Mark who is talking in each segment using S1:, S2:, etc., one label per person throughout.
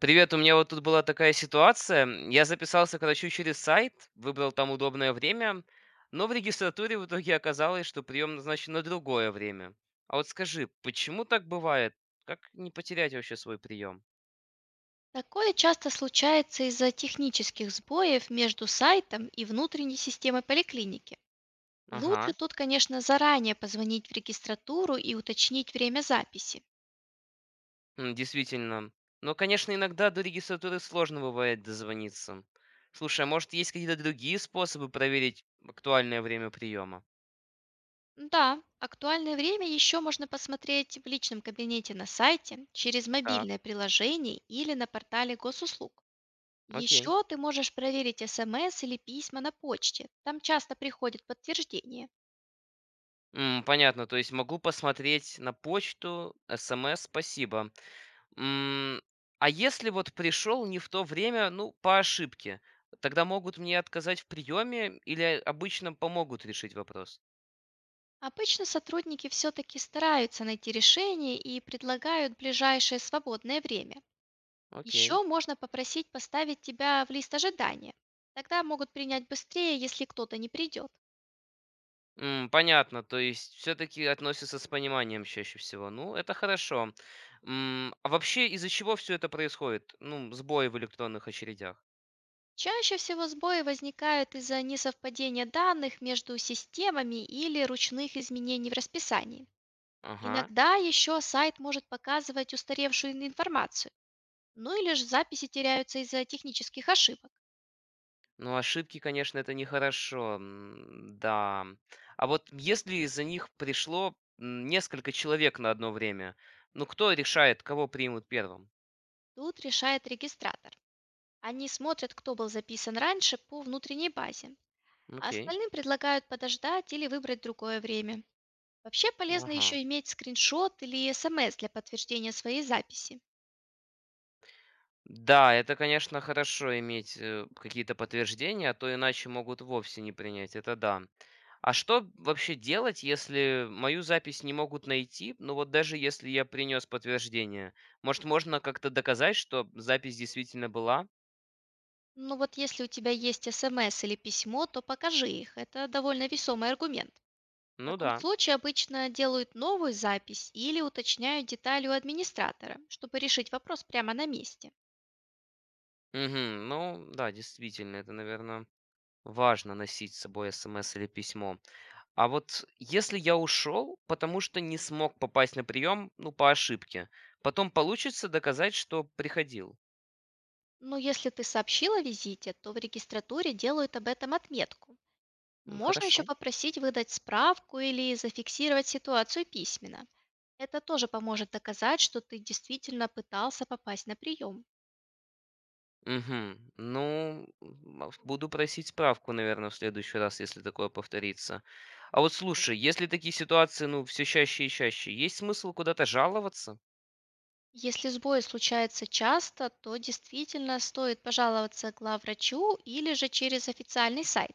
S1: Привет, у меня вот тут была такая ситуация. Я записался, короче, через сайт, выбрал там удобное время, но в регистратуре в итоге оказалось, что прием назначен на другое время. А вот скажи, почему так бывает? Как не потерять вообще свой прием?
S2: Такое часто случается из-за технических сбоев между сайтом и внутренней системой поликлиники. Лучше
S1: Ага,
S2: тут, конечно, заранее позвонить в регистратуру и уточнить время записи.
S1: действительно. Но, конечно, иногда до регистратуры сложно бывает дозвониться. Слушай, а может есть какие-то другие способы проверить актуальное время приема?
S2: Да, актуальное время еще можно посмотреть в личном кабинете на сайте, через
S1: Так,
S2: мобильное приложение или на портале госуслуг.
S1: окей.
S2: Еще ты можешь проверить смс или письма на почте, там часто приходит подтверждение.
S1: Понятно, то есть могу посмотреть на почту, СМС, спасибо. М, а если вот пришел не в то время, ну, по ошибке, тогда могут мне отказать в приеме или обычно помогут решить вопрос?
S2: Обычно сотрудники все-таки стараются найти решение и предлагают ближайшее свободное время.
S1: Окей.
S2: Еще можно попросить поставить тебя в лист ожидания. Тогда могут принять быстрее, если кто-то не придет.
S1: Понятно, то есть все-таки относятся с пониманием чаще всего. Ну, это хорошо. А вообще из-за чего все это происходит? Ну, сбои в электронных очередях.
S2: Чаще всего сбои возникают из-за несовпадения данных между системами или ручных изменений в расписании.
S1: Ага.
S2: Иногда еще сайт может показывать устаревшую информацию, ну или же записи теряются из-за технических ошибок.
S1: Ну, ошибки, конечно, это нехорошо, да. А вот если из-за них пришло несколько человек на одно время, ну, кто решает, кого примут первым?
S2: Тут решает регистратор. Они смотрят, кто был записан раньше по внутренней базе, а
S1: Окей.
S2: остальным предлагают подождать или выбрать другое время. Вообще полезно
S1: Ага.
S2: еще иметь скриншот или смс для подтверждения своей записи.
S1: Да, это, конечно, хорошо иметь какие-то подтверждения, а то иначе могут вовсе не принять, это да. А что вообще делать, если мою запись не могут найти? Ну вот даже если я принес подтверждение. Может, можно как-то доказать, что запись действительно была?
S2: Но вот если у тебя есть смс или письмо, то покажи их. Это довольно весомый аргумент. В
S1: Ну
S2: таком
S1: да.
S2: случае обычно делают новую запись или уточняют детали у администратора, чтобы решить вопрос прямо на месте.
S1: Мгм. Ну да, действительно, это, наверное, важно носить с собой СМС или письмо. А вот если я ушел, потому что не смог попасть на прием, ну, по ошибке, потом получится доказать, что приходил.
S2: Но если ты сообщил о визите, то в регистратуре делают об этом отметку. Можно еще
S1: Хорошо.
S2: попросить выдать справку или зафиксировать ситуацию письменно. Это тоже поможет доказать, что ты действительно пытался попасть на прием.
S1: Мгм. Ну, буду просить справку, наверное, в следующий раз, если такое повторится. А вот слушай, если такие ситуации, ну, все чаще и чаще, есть смысл куда-то жаловаться?
S2: Если сбои случаются часто, то действительно стоит пожаловаться главврачу или же через официальный сайт.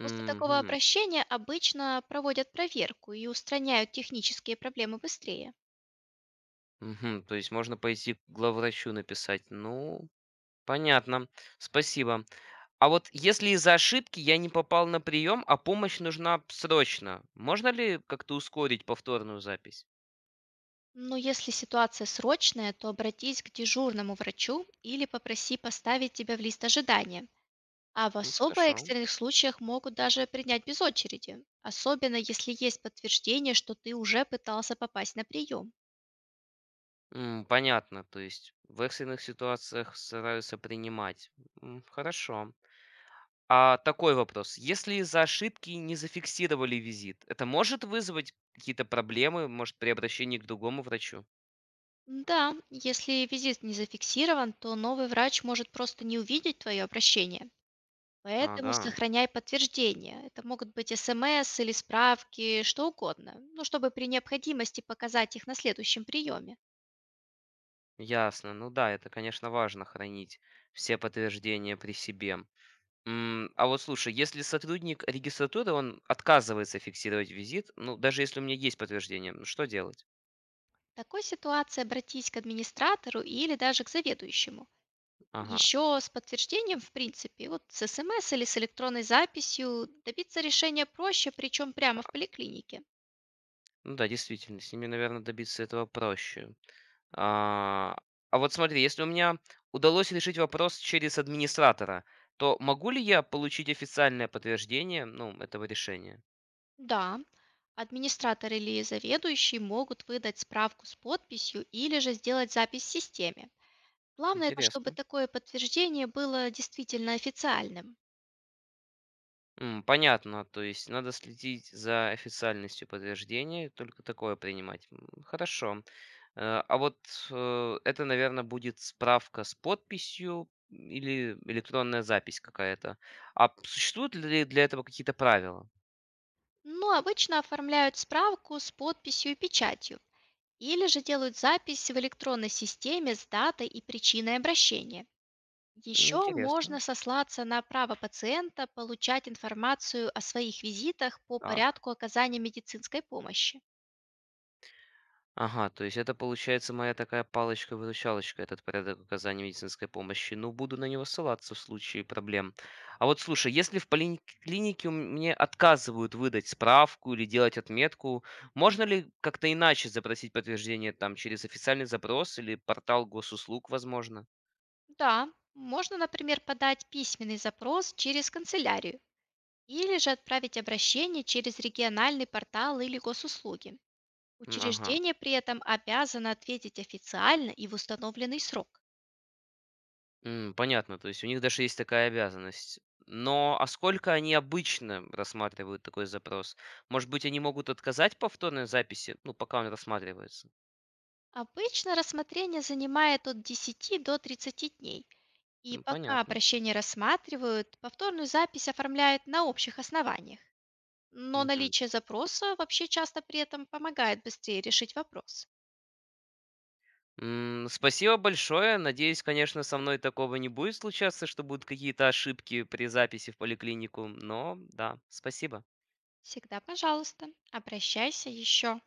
S2: После такого обращения обычно проводят проверку и устраняют технические проблемы быстрее.
S1: Мгм. То есть можно пойти к главврачу написать. Ну, понятно, спасибо. А вот если из-за ошибки я не попал на прием, а помощь нужна срочно, можно ли как-то ускорить повторную запись?
S2: Но если ситуация срочная, то обратись к дежурному врачу или попроси поставить тебя в лист ожидания. А в
S1: Ну,
S2: особо
S1: хорошо.
S2: экстренных случаях могут даже принять без очереди, особенно если есть подтверждение, что ты уже пытался попасть на прием.
S1: Понятно, то есть в экстренных ситуациях стараются принимать. Хорошо. А такой вопрос. Если из-за ошибки не зафиксировали визит, это может вызвать какие-то проблемы, может, при обращении к другому врачу?
S2: Да, если визит не зафиксирован, то новый врач может просто не увидеть твое обращение. Поэтому
S1: Ага,
S2: сохраняй подтверждение. Это могут быть смс или справки, что угодно, ну, чтобы при необходимости показать их на следующем приеме.
S1: ясно. Ну да, это, конечно, важно хранить все подтверждения при себе. А вот слушай, если сотрудник регистратуры, он отказывается фиксировать визит, ну, даже если у меня есть подтверждение, ну, что делать?
S2: В такой ситуации обратись к администратору или даже к заведующему.
S1: Ага.
S2: Еще с подтверждением, в принципе, вот с смс или с электронной записью добиться решения проще, причем прямо в поликлинике.
S1: Ну да, действительно, с ними, наверное, добиться этого проще. А, а вот смотри, если у меня удалось решить вопрос через администратора, то могу ли я получить официальное подтверждение, ну, этого решения?
S2: Да, администратор или заведующий могут выдать справку с подписью или же сделать запись в системе. Главное, это чтобы
S1: Интересно.
S2: такое подтверждение было действительно официальным.
S1: Понятно, то есть надо следить за официальностью подтверждения, только такое принимать. Хорошо. Э, а вот, это, наверное, будет справка с подписью или электронная запись какая-то. А п существуют ли для этого какие-то правила?
S2: Но обычно оформляют справку с подписью и печатью, или же делают запись в электронной системе с датой и причиной обращения. Еще
S1: Интересно.
S2: можно сослаться на право пациента получать информацию о своих визитах по
S1: Так.
S2: порядку оказания медицинской помощи.
S1: Ага, то есть это получается моя такая палочка-выручалочка, этот порядок оказания медицинской помощи. Ну, буду на него ссылаться в случае проблем. А вот слушай, если в поликлинике у м- мне отказывают выдать справку или делать отметку, можно ли как-то иначе запросить подтверждение там через официальный запрос или портал госуслуг, возможно?
S2: Да, можно, например, подать письменный запрос через канцелярию или же отправить обращение через региональный портал или госуслуги.
S1: Ага.
S2: Учреждение при этом обязано ответить официально и в установленный срок.
S1: Понятно, то есть у них даже есть такая обязанность. Но а сколько они обычно рассматривают такой запрос? Может быть, они могут отказать повторной записи, ну, пока он рассматривается?
S2: Обычно рассмотрение занимает от 10 до 30 дней. И
S1: Ну,
S2: пока
S1: понятно.
S2: обращение рассматривают, повторную запись оформляют на общих основаниях. Но
S1: Мгм.
S2: наличие запроса вообще часто при этом помогает быстрее решить вопрос.
S1: Спасибо большое. Надеюсь, конечно, со мной такого не будет случаться, что будут какие-то ошибки при записи в поликлинику. Но да, спасибо.
S2: Всегда, пожалуйста, обращайся еще.